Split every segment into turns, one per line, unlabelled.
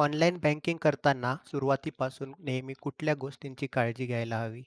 Online banking करताना सुरुवातीपासून नेहमी कुठल्या गोष्टींची काळजी घ्यायला हवी?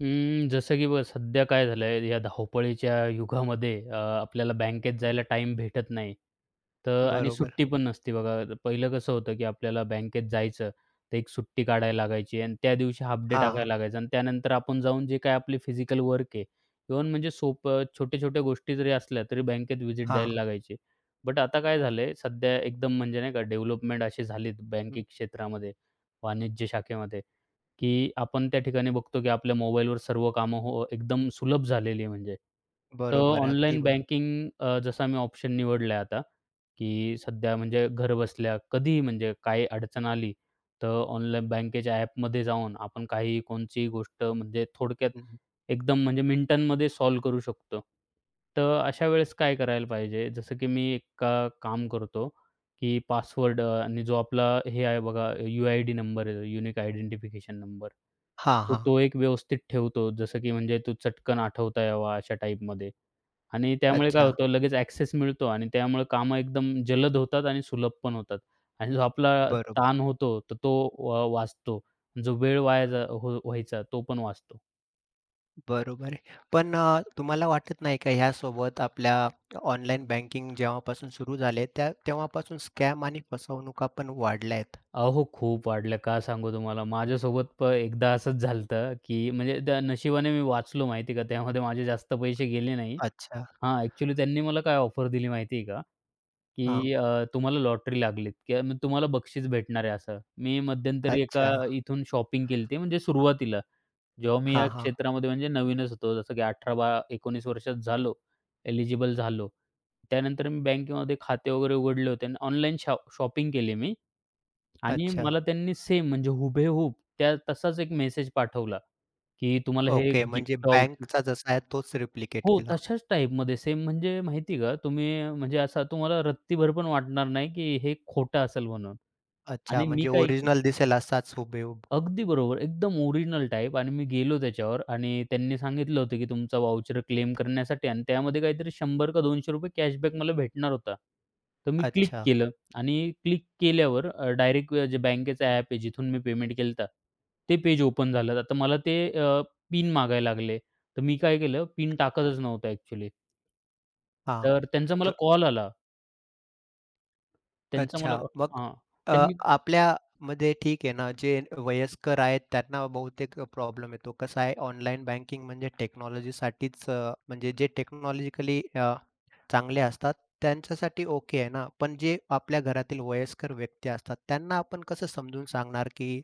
जसं की बघ सध्या काय झालंय या धावपळीच्या युगामध्ये आपल्याला बँकेत
हं,
जायला टाईम भेटत नाही. तर आणि
बरोबर.
सुट्टी पण नसते बघा. तर पहिलं कसं होतं, की आपल्याला बँकेत जायचं, तर एक सुट्टी काढायला लागायची आणि त्या दिवशी हाल्फ डे
हां,
टाकायला लागायचा आणि त्यानंतर आपण जाऊन जे काही आपली फिजिकल वर्क आहे, इव्हन म्हणजे सोपं छोट्या-छोट्या गोष्टी जरी असल्या, तरी बँकेत व्हिजिट
हां.
द्यायला लागायची. बट आता काय झालंय, सध्या एकदम म्हणजे नाही का डेव्हलपमेंट अशी झालीत बँकिंग
हं,
क्षेत्रामध्ये, वाणिज्य शाखेमध्ये. की आपण त्या ठिकाणी बघतो की आपल्या मोबाईलवर सर्व कामं हो एकदम सुलभ झालेली आहे म्हणजे. तर हो.
बरोबर. अगदी
ऑनलाईन
बरोबर.
बँकिंग जसा मी ऑप्शन निवडलाय आता, की सध्या म्हणजे घरबसल्या कधीही म्हणजे काही अडचण आली, तर ऑनलाईन बँकेच्या ॲपमध्ये जाऊन आपण काहीही कोणचीही गोष्ट म्हणजे थोडक्यात
हं, हं.
एकदम म्हणजे मिनिटांमध्ये सॉल्व्ह करू शकतो. तर अशा वेळेस काय करायला पाहिजे? जसं की मी एक काम करतो, की पासवर्ड आणि जो आपला हे आहे बघा यू-आय-डी नंबर आहे, युनिक आयडेंटिफिकेशन नंबर.
हां,
तो
हां.
तो एक व्यवस्थित ठेवतो, जसं की म्हणजे तो चटकन आठवता यावा अशा टाईपमध्ये आणि त्यामुळे काय
अच्छा.
होतं लगेच ॲक्सेस मिळतो आणि त्यामुळे कामं एकदम जलद होतात आणि सुलभ पण होतात आणि जो आपला
बरोबर,
ताण होतो, तर तो वाचतो. जो वेळ वाया जा हो व्हायचा तो पण वाचतो.
बरोबर आहे. पण तुम्हाला वाटत नाही का ह्यासोबत आपल्या ऑनलाईन बँकिंग जेव्हापासून सुरू झाले त्या तेव्हापासून स्कॅम आणि फसवणुका पण वाढल्या आहेत?
अहो, खूप वाढल्या. का सांगू तुम्हाला? माझ्यासोबत एकदा असंच झालं होतं, की म्हणजे त्या नशिबाने मी वाचलो माहिती आहे का? त्यामध्ये माझे जास्त पैसे गेले नाही.
अच्छा.
हां, ॲक्चुअली त्यांनी मला काय ऑफर दिली माहिती आहे का?
हां.
की तुम्हाला लॉटरी लागलीत किंवा मग तुम्हाला बक्षीस भेटणार आहे असं. मी मध्यंतरी एका
अच्छा.
इथून शॉपिंग केलती म्हणजे सुरुवातीला. जेव्हा मी या
हां, हां.
क्षेत्रामध्ये म्हणजे नवीनच होतो. जसं की 18-19 वर्षात झालो, एलिजिबल झालो. त्यानंतर मी बँकेमध्ये खाते वगैरे उघडले होते आणि ऑनलाईन शॉपिंग केली मी आणि
अच्छा.
मला त्यांनी सेम म्हणजे हुबेहूब त्या तसाच एक मेसेज पाठवला, की तुम्हाला हे
ओके. म्हणजे
गिफ्ट
बँकचा जसा आहे तोच रिप्लिकेट
हो,
केला.
तशाच टाईपमध्ये सेम म्हणजे माहिती आहे का, तुम्ही म्हणजे असा तुम्हाला रत्तीभर पण वाटणार नाही, की हे खोटं असेल म्हणून.
अच्छा.
आणि
म्हणजे ओरिजिनल दिसेल असाच हुबेहूब.
अगदी बरोबर, एकदम ओरिजिनल टाईप आणि मी गेलो त्याच्यावर आणि त्यांनी सांगितलं होतं, की तुमचा वाउचर क्लेम करण्यासाठी आणि त्यामध्ये काहीतरी 100 का ₹200 कॅशबॅक मला भेटणार होता. तर मी क्लिक
अच्छा.
केलं आणि क्लिक केल्यावर डायरेक्ट जे बँकेचं ॲप आहे, जिथून मी पेमेंट केलं ते पेज ओपन झालं. आता मला ते पिन मागायला लागले. तर मी काय केलं, पिन टाकतच नव्हता ॲक्चुअली.
हां.
तर त्यांचा मला
तर
कॉल आला. त्यांचा मला
अच्छा. मग
हां.
अ,
त्यांनी
आपल्यामध्ये ठीक आहे ना, जे वयस्कर आहेत त्यांना बहुतेक प्रॉब्लेम येतो. कसं आहे ऑनलाईन बँकिंग म्हणजे टेक्नॉलॉजीसाठीच म्हणजे जे टेक्नॉलॉजिकली चांगले असतात, त्यांच्यासाठी ओके आहे ना, पण जे आपल्या घरातील वयस्कर व्यक्ती असतात, त्यांना आपण कसं समजून सांगणार, की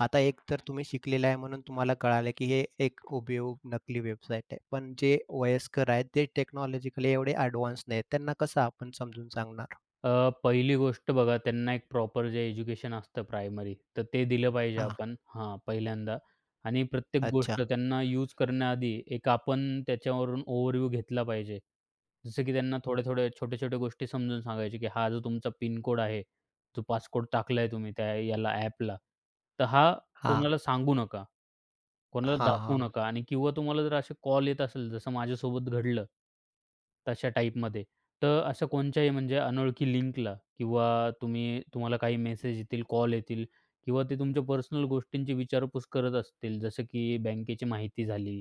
आता एक तर तुम्ही शिकलेला आहे म्हणून तुम्हाला कळालं, की हे एक हुबेहूब नकली वेबसाईट आहे. पण जे वयस्कर आहेत, ते टेक्नॉलॉजिकली एवढे एडव्हान्स नाहीत, त्यांना कसं आपण समजून सांगणार?
पहिली गोष्ट बघा त्यांना एक प्रॉपर जे एज्युकेशन असतं प्रायमरी, तर ते दिलं पाहिजे
हां,
आपण हां, पहिल्यांदा आणि प्रत्येक
अच्छा.
गोष्ट त्यांना यूज करण्याआधी एक आपण त्याच्यावरून ओव्हरव्ह्यू घेतला पाहिजे. जसं की त्यांना थोड्या-थोड्या, छोट्या-छोट्या गोष्टी समजून सांगायचे, की हा जो तुमचा पिन कोड आहे, जो पास टाकलाय तुम्ही त्या याला ॲपला, तर हा
हां,
कोणाला सांगू नका. कोणाला
हां,
दाखवू
हां.
नका आणि किंवा तुम्हाला जर असे कॉल येत असेल, जसं माझ्यासोबत घडलं, तशा टाईपमध्ये, तर अशा कोणत्याही म्हणजे अनोळखी लिंकला किंवा तुम्हाला काही मेसेज येतील, कॉल येतील किंवा ते तुमच्या पर्सनल गोष्टींची विचारपूस करत असतील, जसं की बँकेची माहिती झाली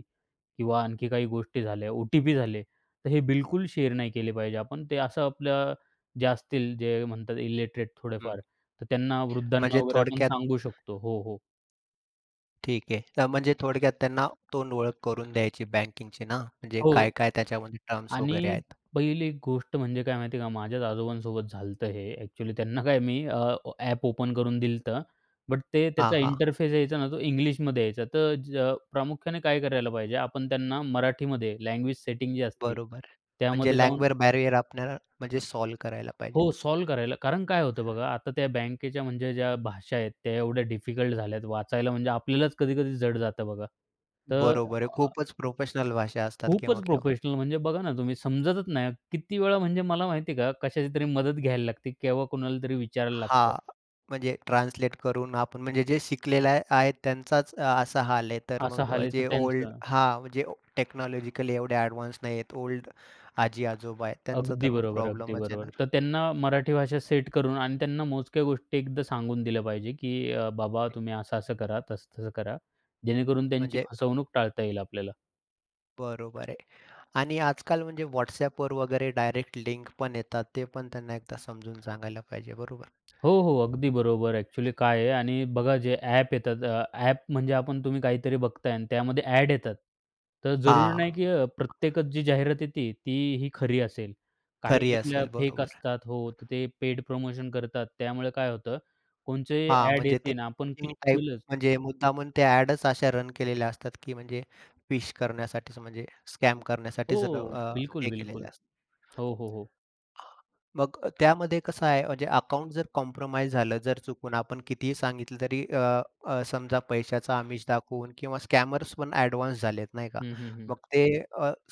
किंवा आणखी काही गोष्टी झाल्या, ओ-टी-पी झाले, तर हे बिलकुल शेअर नाही केले पाहिजे आपण. ते असं आपल्या जे असतील, जे म्हणतात इलिटरेट
हं.
थोडेफार, तर त्यांना वृद्धांना
म्हणजे
वगैरे आपण
थोडक्यात
सांगू शकतो. हो, हो.
ठीक आहे. तर म्हणजे थोडक्यात त्यांना तोंडओळख करून द्यायची बँकिंगची ना, म्हणजे
हो.
काय-काय त्याच्यामध्ये टर्म्स
आणि
वगैरे आहेत.
पहिली एक गोष्ट म्हणजे काय माहिती आहे का, माझ्याच आजोबांसोबत झालं हे. ॲक्चुअली त्यांना काय मी ॲप ओपन करून दिलं बट ते
हां,
त्याचा
हां.
इंटरफेस यायचा ना, तो इंग्लिशमध्ये यायचा. तर प्रामुख्याने काय करायला पाहिजे, आपण त्यांना मराठीमध्ये लँग्वेज सेटिंग जी असते,
बरोबर. म्हणजे
त्यामध्ये जाऊन
लँग्वेज बॅरियर आपल्याला म्हणजे सॉल्व्ह करायला
हो,
पाहिजेत.
सॉल्व्ह करायला. कारण काय होतं बघा, आता त्या बँकेच्या म्हणजे ज्या भाषा आहेत, त्या एवढ्या डिफिकल्ट झाल्यात वाचायला, म्हणजे आपल्यालाच कधी-कधी जड जातं बघा. तर
बरोबर आहे. खूपच प्रोफेशनल भाषा असतात
खूपच
केव्हा-केव्हा.
प्रोफेशनल म्हणजे बघा ना तुम्ही समजतच नाही. किती वेळा म्हणजे मला माहिती आहे का कशाची तरी मदत घ्यायला लागते किंवा कोणाला तरी विचारायला लागतं.
हां. म्हणजे ट्रान्सलेट करून आपण म्हणजे जे शिकलेले आहेत त्यांचाच असा हाल आहे. तर
असं
मग
हाल आहे तर
जे ओल्ड
त्यांचं.
हां, म्हणजे टेक्नॉलॉजिकली एवढे ॲडव्हान्स नाही आहेत. ओल्ड आजी-आजोबा आहेत त्यांचा
अगदी
तर मग
बरोबर, अगदी
प्रॉब्लेमच
बरोबर.
येणार.
तर त्यांना मराठी भाषा सेट करून आणि त्यांना मोजक्या गोष्टी एकदा सांगून दिल्या पाहिजे, की "बाबा तुम्ही असं-असं करा, तसं-तसं करा." जेणेकरून त्यांची
म्हणजे
फसवणूक टाळता येईल आपल्याला.
बरोबर आहे. आणि आजकाल म्हणजे WhatsAppवर वगैरे डायरेक्ट लिंक पण येतात. ते पण त्यांना एकदा समजून सांगायला पाहिजे. बरोबर.
हो, हो. अगदी बरोबर. ॲक्चुअली काय आहे आणि बघा जे ॲप येतात ॲप म्हणजे आपण तुम्ही काहीतरी बघताय आणि त्यामध्ये ॲड येतात. तर जरुरी
हां.
नाही की प्रत्येकच जी जाहिरात येते ती ही खरी असेल. काही
खरी
त्यातल्या
असेल.
फेक
बरोबर.
असतात. हो, तर ते पेड प्रमोशन करतात. त्यामुळे काय होतं, कोणचे
हां,
ॲड
म्हणजे ते
येते ना आपण
फिशिंग
क्लिक
टाइप
केलंच
म्हणजे मुद्दामून ते ॲडच अशा रन केलेल्या असतात, की म्हणजे फिश करण्यासाठीच म्हणजे स्कॅम
हो,
करण्यासाठीच
बिलकुल,
हे केलेले
बिलकुल.
असतात.
हो, हो, हो.
मग त्यामध्ये कसं आहे म्हणजे अकाउंट जर कॉम्प्रोमाईज झालं, जर चुकून आपण कितीही सांगितलं तरी अ, अ, समजा पैशाचं आमिष दाखवून किंवा स्कॅमर्स पण ॲडव्हान्स झालेत नाही का?
हं, हं, हं.
मग ते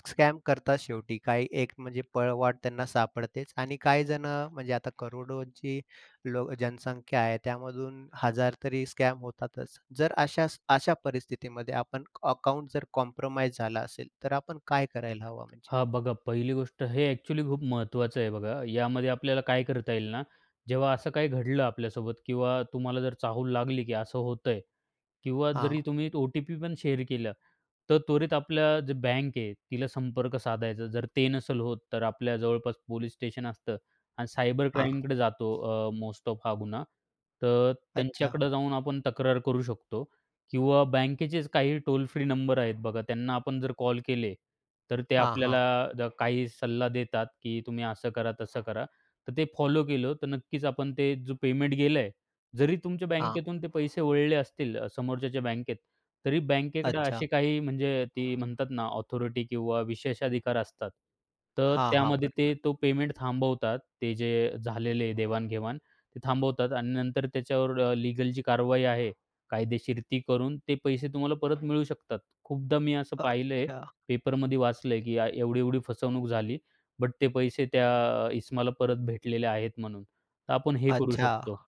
स्कॅम करतात शेवटी. काही एक म्हणजे पळवाट त्यांना सापडतेच आणि काही जणं म्हणजे आता करोडोंची लो जनसंख्या आहे त्यामधून हजार तरी स्कॅम होतातच. जर अशा अशा परिस्थितीमध्ये आपण अकाउंट जर कॉम्प्रोमाईज झाला असेल, तर आपण काय करायला हवं म्हणजे?
हां, बघा पहिली गोष्ट हे ॲक्चुअली खूप महत्त्वाचं आहे बघा. यामध्ये आपल्याला काय करता येईल ना, जेव्हा असं काही घडलं आपल्यासोबत किंवा तुम्हाला जर चाहूल लागली की असं होतंय, किंवा
हां,
जरी तुम्ही ओ-टी-पी पण शेअर केलं, तर त्वरित आपल्या जे बँक आहे तिला संपर्क साधायचा. जर ते नसेल होत, तर आपल्या जवळपास पोलीस स्टेशन असतं आणि सायबर
हां.
क्राईमकडे जातो मोस्ट ऑफ हा गुन्हा. तर
अच्छा.
त्यांच्याकडे जाऊन आपण तक्रार करू शकतो किंवा बँकेचेच काही टोल फ्री नंबर आहेत बघा, त्यांना आपण जर कॉल केले, तर ते
हां, हां.
आपल्याला काही सल्ला देतात, की तुम्ही असं करा, तसं करा. तर ते फॉलो केलं, तर नक्कीच आपण ते जो पेमेंट गेलं जरी तुमच्या
हां,
बँकेतून ते पैसे वळले असतील समोरच्याच्या बँकेत, तरी बँकेकडे
अच्छा.
अशी काही म्हणजे ती म्हणतात ना ऑथॉरिटी किंवा विशेषाधिकार असतात. तर
हां, हां,
त्यामध्ये ते
बरोबर.
तो पेमेंट थांबवतात. ते जे झालेले देवाण ते थांबवतात आणि नंतर त्याच्यावर लीगल जी कारवाई आहे कायदेशीर ती करून ते पैसे तुम्हाला परत मिळू शकतात. खूपदा मी असं पाहिलंय
अच्छा,
पेपरमध्ये वाचलंय, की एवढी-एवढी फसवणूक झाली, बट ते पैसे त्या इस्माला परत भेटलेले आहेत म्हणून. तर आपण हे करू
अच्छा.
शकतो.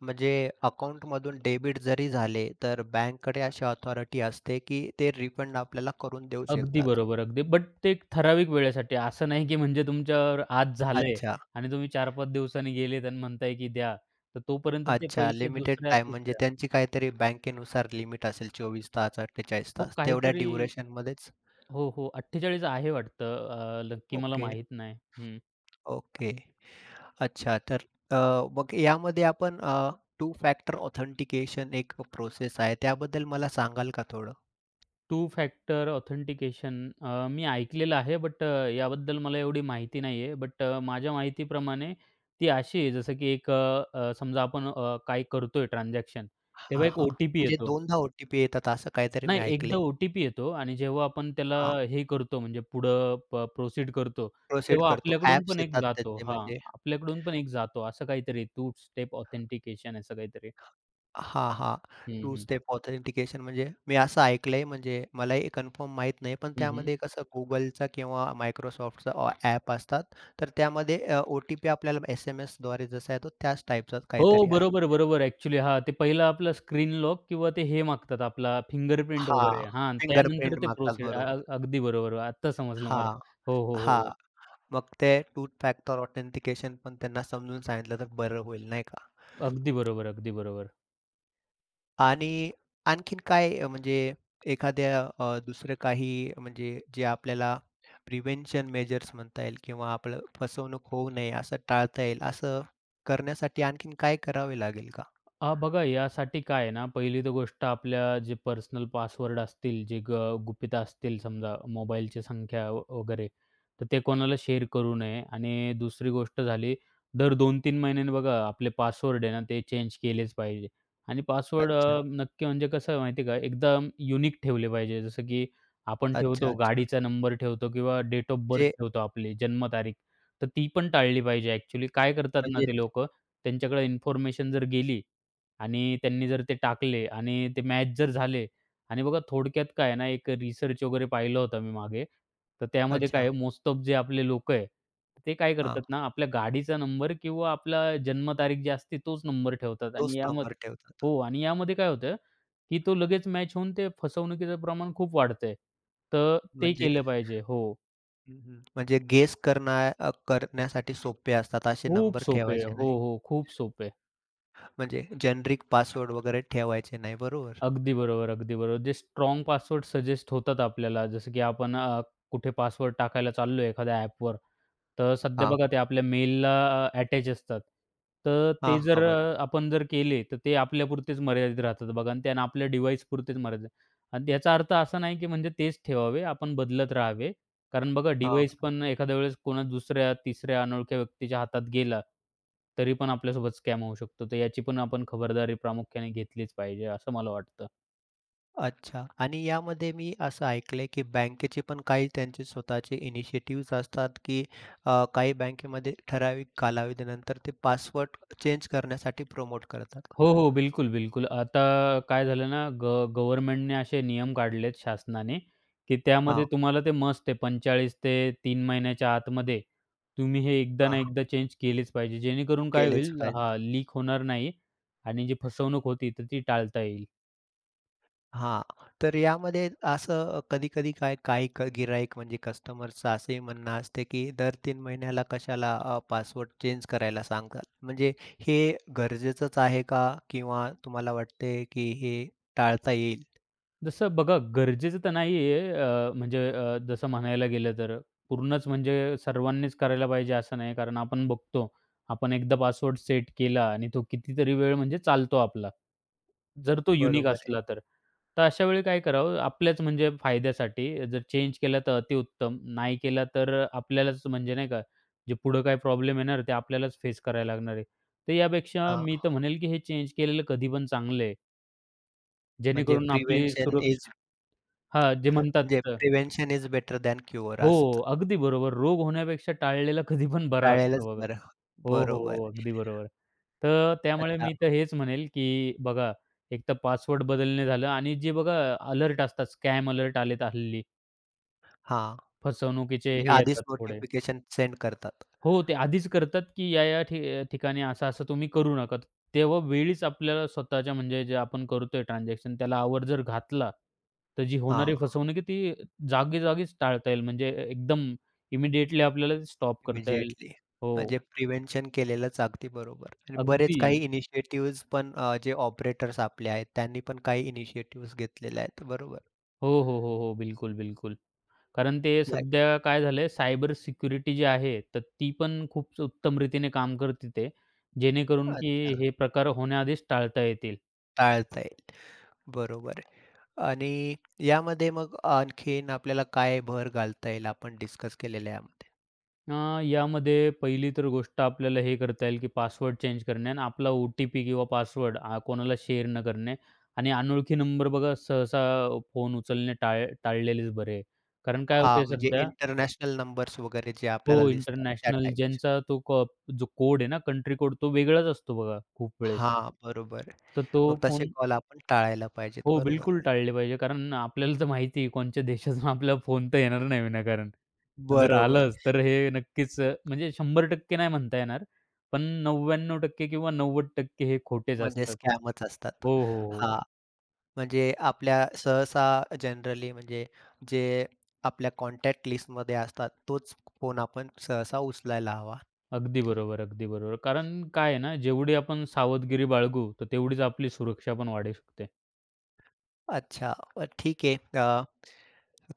म्हणजे अकाउंटमधून डेबिट जरी झाले, तर बँककडे अशी अथॉरिटी असते, की ते रिफंड आपल्याला करून देऊ
अगदी
शकतात.
बरोबर, अगदी. बट ते एक ठराविक वेळेसाठी. असं नाही, की म्हणजे तुमच्यावर आज झालंय
अच्छा,
आणि तुम्ही 4-5 दिवसांनी गेलेत आणि म्हणताय, की द्या. तर तोपर्यंत ते
अच्छा.
पैसे
लिमिटेड टाईम म्हणजे
दुसऱ्या-तिसऱ्या
त्यांची काहीतरी बँकेनुसार लिमिट असेल 24 तास, 48
हो,
तास तेवढ्या
काहीतरी
ड्युरेशनमध्येच?
हो, हो. 48 आहे वाटतं. नक्की मला
ओके,
माहीत नाही. हं.
ओके. अच्छा तर अ, मग यामध्ये आपण टू फॅक्टर ऑथेंटिकेशन एक प्रोसेस आहे, त्याबद्दल मला सांगाल का थोडं?
टू फॅक्टर ऑथेंटिकेशन मी ऐकलेलं आहे, बट याबद्दल मला एवढी माहिती नाहीये. बट माझ्या माहितीप्रमाणे ती अशी आहे, जसं की एक अ, अ, समजा आपण काही करतोय ट्रान्झॅक्शन,
हां,
तेव्हा एक
हां.
ओ-टी-पी
म्हणजे
येतो.
दोनदा ओ-टी-पी येतात असं काहीतरी
नाही
मी
एकदा
ऐकलंय.
ओ-टी-पी येतो आणि जेव्हा आपण त्याला
हां,
हे करतो म्हणजे पुढं प्रोसीड करतो,
प्रोसीड
तेव्हा
करतो.
आपल्याकडून
ॲप्स
पण एक
येतात
जातो
त्याचे
हां,
म्हणजे
आपल्याकडून पण एक जातो असं काहीतरी टू स्टेप ऑथेंटिकेशन असं काहीतरी.
हां, हां.
हं,
टू
हं.
स्टेप ऑथेंटिकेशन म्हणजे मी असं ऐकलंय म्हणजे मलाही कन्फर्म माहीत नाही. पण
हं, हं.
त्यामध्ये कसं Googleचा किंवा Microsoftचा ॲप असतात. तर त्यामध्ये ओ-टी-पी आपल्याला एस-एम-एसद्वारे जसा येतो त्याच टाईपचाच
हो,
काहीतरी आहे.
बरोबर. ॲक्चुअली हां, ते पहिलं आपलं स्क्रीन लॉक किंवा ते हे मागतात आपला फिंगरप्रिंट
हां,
वगैरे हां, आणि त्यानंतर
फिंगरप्रिंट
ते
मागतात.
प्रोसीड अ, अ,
बरोबर.
अगदी बरोबर. आत्ता समजलं मला.
हां,
हो, हो, हो,
हां.
हो.
मग ते टू फॅक्टर ऑथेंटिकेशन पण त्यांना समजून सांगितलं तर बरं होईल नाही का?
अगदी बरोबर.
आणि आणखीन काय म्हणजे दुसरं काही म्हणजे जे आपल्याला प्रिव्हेंशन मेजर्स म्हणता येईल किंवा आपलं फसवणूक होऊ नये असं टाळता येईल, असं करण्यासाठी आणखीन काय करावे लागेल का?
बघा यासाठी काय आहे ना, पहिली तर गोष्ट आपल्या जे पर्सनल पासवर्ड असतील, जे गुपितं असतील समजा मोबाईलची संख्या वगैरे, तर ते कोणाला शेअर करू नये आणि दुसरी गोष्ट झाली, दर 2-3 महिन्यांनी बघा आपले पासवर्ड आहे ना, ते चेंज केलेच पाहिजे आणि पासवर्ड
अच्छा,
नक्की म्हणजे कसं आहे माहिती आहे का, एकदम युनिक ठेवले पाहिजे. जसं की आपण
अच्छा,
ठेवतो
अच्छा.
गाडीचा नंबर ठेवतो किंवा डेट ऑफ बर्थ
जे
ठेवतो आपली जन्मतारीख, तर ती पण टाळली पाहिजे ॲक्चुअली. काय करतात ना
म्हणजे
ते लोकं, त्यांच्याकडे इन्फॉर्मेशन जर गेली आणि त्यांनी जर ते टाकले आणि ते मॅच जर झाले आणि बघा थोडक्यात काय आहे ना, एक रिसर्च वगैरे पाहिलं होतं मी मागे. तर त्यामध्ये
अच्छा,
काय आहे, मोस्ट ऑफ जे आपले लोक आहे, ते काय
हां.
करतात ना, आपल्या गाडीचा नंबर किंवा आपला जन्मतारीख जी असते तोच नंबर ठेवतात आणि
तोच नंबर
यामध्ये
ठेवतात.
हो आणि यामध्ये काय होतं, की तो लगेच मॅच होऊन ते फसवणुकीचं प्रमाण खूप वाढतंय. तर ते
म्हणजे
केलं पाहिजे. हो.
हं, हं. म्हणजे गेस करण्यासाठी सोपे असतात असे
खूप
नंबर
सोपे आहे.
ठेवायचे
हो,
नाही.
हो. खूप सोपे आहे.
म्हणजे जेनेरिक पासवर्ड वगैरे ठेवायचे नाही, बरोबर?
अगदी बरोबर. जे स्ट्राँग पासवर्ड सजेस्ट होतात आपल्याला, जसं की आपण कुठे पासवर्ड टाकायला चाललोय एखाद्या ॲपवर, तर सध्या
हां.
बघा ते आपल्या मेलला अटॅच असतात. तर
हां,
ते
हां.
जर
बरोबर.
आपण जर केले, तर ते आपल्यापुरतेच मर्यादित राहतात बघा आणि त्यानं आपल्या डिव्हाइसपुरतेच मर्यादित आणि याचा अर्थ असा नाही, की म्हणजे तेच ठेवावे, आपण बदलत राहावे. कारण बघा
हां.
डिव्हाइस पण एखाद्या वेळेस कोणा दुसऱ्या, तिसऱ्या अनोळख्या व्यक्तीच्या हातात गेला, तरी पण आपल्यासोबत स्कॅम होऊ शकतो. तर याची पण आपण खबरदारी प्रामुख्याने घेतलीच पाहिजे, असं मला वाटतं.
अच्छा आणि यामध्ये मी असं ऐकलंय, की बँकेचे पण काही त्यांचे स्वतःचे इनिशिएटिव्हज असतात, की काही बँकेमध्ये ठराविक कालावधीनंतर ते पासवर्ड चेंज करण्यासाठी प्रमोट करतात.
हो, हो. बिलकुल. आता काय झालं ना गव्हर्नमेंटने असे नियम काढलेत शासनाने, की त्यामध्ये
हां,
तुम्हाला ते मस्ट आहे 45 ते 3 महिन्याच्या आतमध्ये तुम्ही हे एकदा ना
हां.
एकदा चेंज केलेच पाहिजे. जेणेकरून काय
केलेच
होईल हां,
पाहिजे.
लीक होणार नाही आणि जी फसवणूक होती तर ती टाळता येईल.
हां, तर यामध्ये असं कधी-कधी काही गिराईक म्हणजे कस्टमरचं असंही म्हणणं असते, की दर 3 महिन्याला कशाला पासवर्ड चेंज करायला सांगतात. म्हणजे हे गरजेचंच आहे का? किंवा तुम्हाला वाटते, की हे टाळता येईल?
जसं बघा, गरजेचं तर नाही आहे म्हणजे जसं म्हणायला गेलं तर पूर्णच म्हणजे सर्वांनीच करायला पाहिजे असं नाही. कारण आपण बघतो, आपण एकदा पासवर्ड सेट केला आणि तो कितीतरी वेळ म्हणजे चालतो आपला. जर तो युनिक
बरोबर
असला
आहे.
तर. तर अशा वेळी काय करावं आपल्याच म्हणजे फायद्यासाठी जर चेंज केला तर अतिउत्तम, नाही केला तर आपल्यालाच म्हणजे नाही का, जे पुढं काय प्रॉब्लेम येणार ते आपल्यालाच फेस करायला लागणार आहे. तर यापेक्षा
हां.
मी तर म्हणेल, की हे चेंज केलेलं कधी पण चांगलं आहे.
म्हणजे
जेणेकरून आपली
प्रिव्हेन्शन इज
सुरक्षित हां, जे
म्हणजे
म्हणतात
prevention is better than cure
हो,
असतं.
अगदी बरोबर. रोग होण्यापेक्षा टाळलेला कधी पण बरा असतो
टाळलेलंच
बघा.
बरं.
हो, हो,
बरोबर.
हो. अगदी बरोबर. तर त्यामुळे
अच्छा.
मी तर हेच म्हणेल, की बघा एक तर पासवर्ड बदलणे झालं आणि जे बघा अलर्ट असतात, स्कॅम अलर्ट आलेत हल्ली
हां.
फसवणुकीचे
म्हणजे
हे
आधीच
येतात थोडे.
नोटिफिकेशन सेंड करतात.
हो, ते आधीच करतात, की या-या ठि ठिकाणी असं-असं तुम्ही करू नका. तेव्हा वेळीच आपल्याला स्वतःच्या म्हणजे जे आपण करतोय ट्रान्झॅक्शन त्याला आवर जर घातला, तर जी होणारी
हां.
फसवणूक आहे ती जागी-जागीच टाळता येईल. म्हणजे एकदम इमिडिएटली आपल्याला स्टॉप करता येईल.
इमिडिएटली.
हो,
म्हणजे प्रिव्हेन्शन केलेलंच अगदी बरोबर. आणि बरेच
अगदी.
काही इनिशिएटिव्हज पण जे ऑपरेटर्स आपले आहेत, त्यांनी पण काही इनिशिएटिव्हज घेतलेले आहेत. बरोबर.
हो. बिलकुल. कारण ते
लाइक
सध्या काय झालंय सायबर सिक्युरिटी जी आहे, तर ती पण खूप उत्तम रीतीने काम करते ते. जेणेकरून की
अच्छा.
हे प्रकार होण्याआधीच टाळता येतील.
टाळता येईल. बरोबर आणि यामध्ये मग आणखीन आपल्याला काय भर घालता येईल आपण डिस्कस केलेल्या यामध्ये?
अ, यामध्ये पहिली तर गोष्ट आपल्याला हे करता येईल, की पासवर्ड चेंज करणे आणि आपला ओ-टी-पी किंवा पासवर्ड कोणाला शेअर न करणे आणि अनोळखी नंबर बघा सहसा फोन उचलणे टाळलेलेच बरे. कारण काय होतंय
हां,
हं.
म्हणजे
सध्या
इंटरनॅशनल नंबर्स वगैरे जे
हो,
आपल्याला दिसतात त्या
इंटरनॅशनल
टाइप्स.
ज्यांचा तो को जो कोड आहे ना, कंट्री कोड तो वेगळाच असतो बघा खूप वेळेस.
हां, बरोबर.
तर तो
मग तसे
फोन
कॉल आपण टाळायला पाहिजेत.
हो,
बरोबर.
बिलकुल टाळले पाहिजे. कारण आपल्याला तर माहिती आहे कोणच्या देशातून आपल्याला फोन तर येणार नाही विनाकारण. जर
बरोबर.
आलंच, तर हे नक्कीच म्हणजे 100% नाही म्हणता येणार, पण 99% किंवा 90% हे खोटेच
म्हणजे
असतात.
स्कॅमच असतात.
हो.
हां, म्हणजे आपल्या सहसा जनरली म्हणजे जे आपल्या कॉन्टॅक्ट लिस्टमध्ये असतात तोच फोन आपण सहसा उचलायला हवा.
अगदी बरोबर. कारण काय आहे ना, जेवढी आपण सावधगिरी बाळगू, तर तेवढीच आपली सुरक्षा पण वाढू शकते.
अच्छा, ठीक आहे.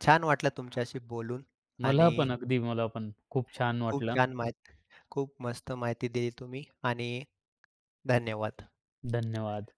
छान वाटलं तुमच्याशी बोलून
मला
आणि
पण, अगदी मला पण. खूप छान
खूप
वाटलं.
छान माहिती खूप मस्त माहिती दिली तुम्ही आणि धन्यवाद.
धन्यवाद.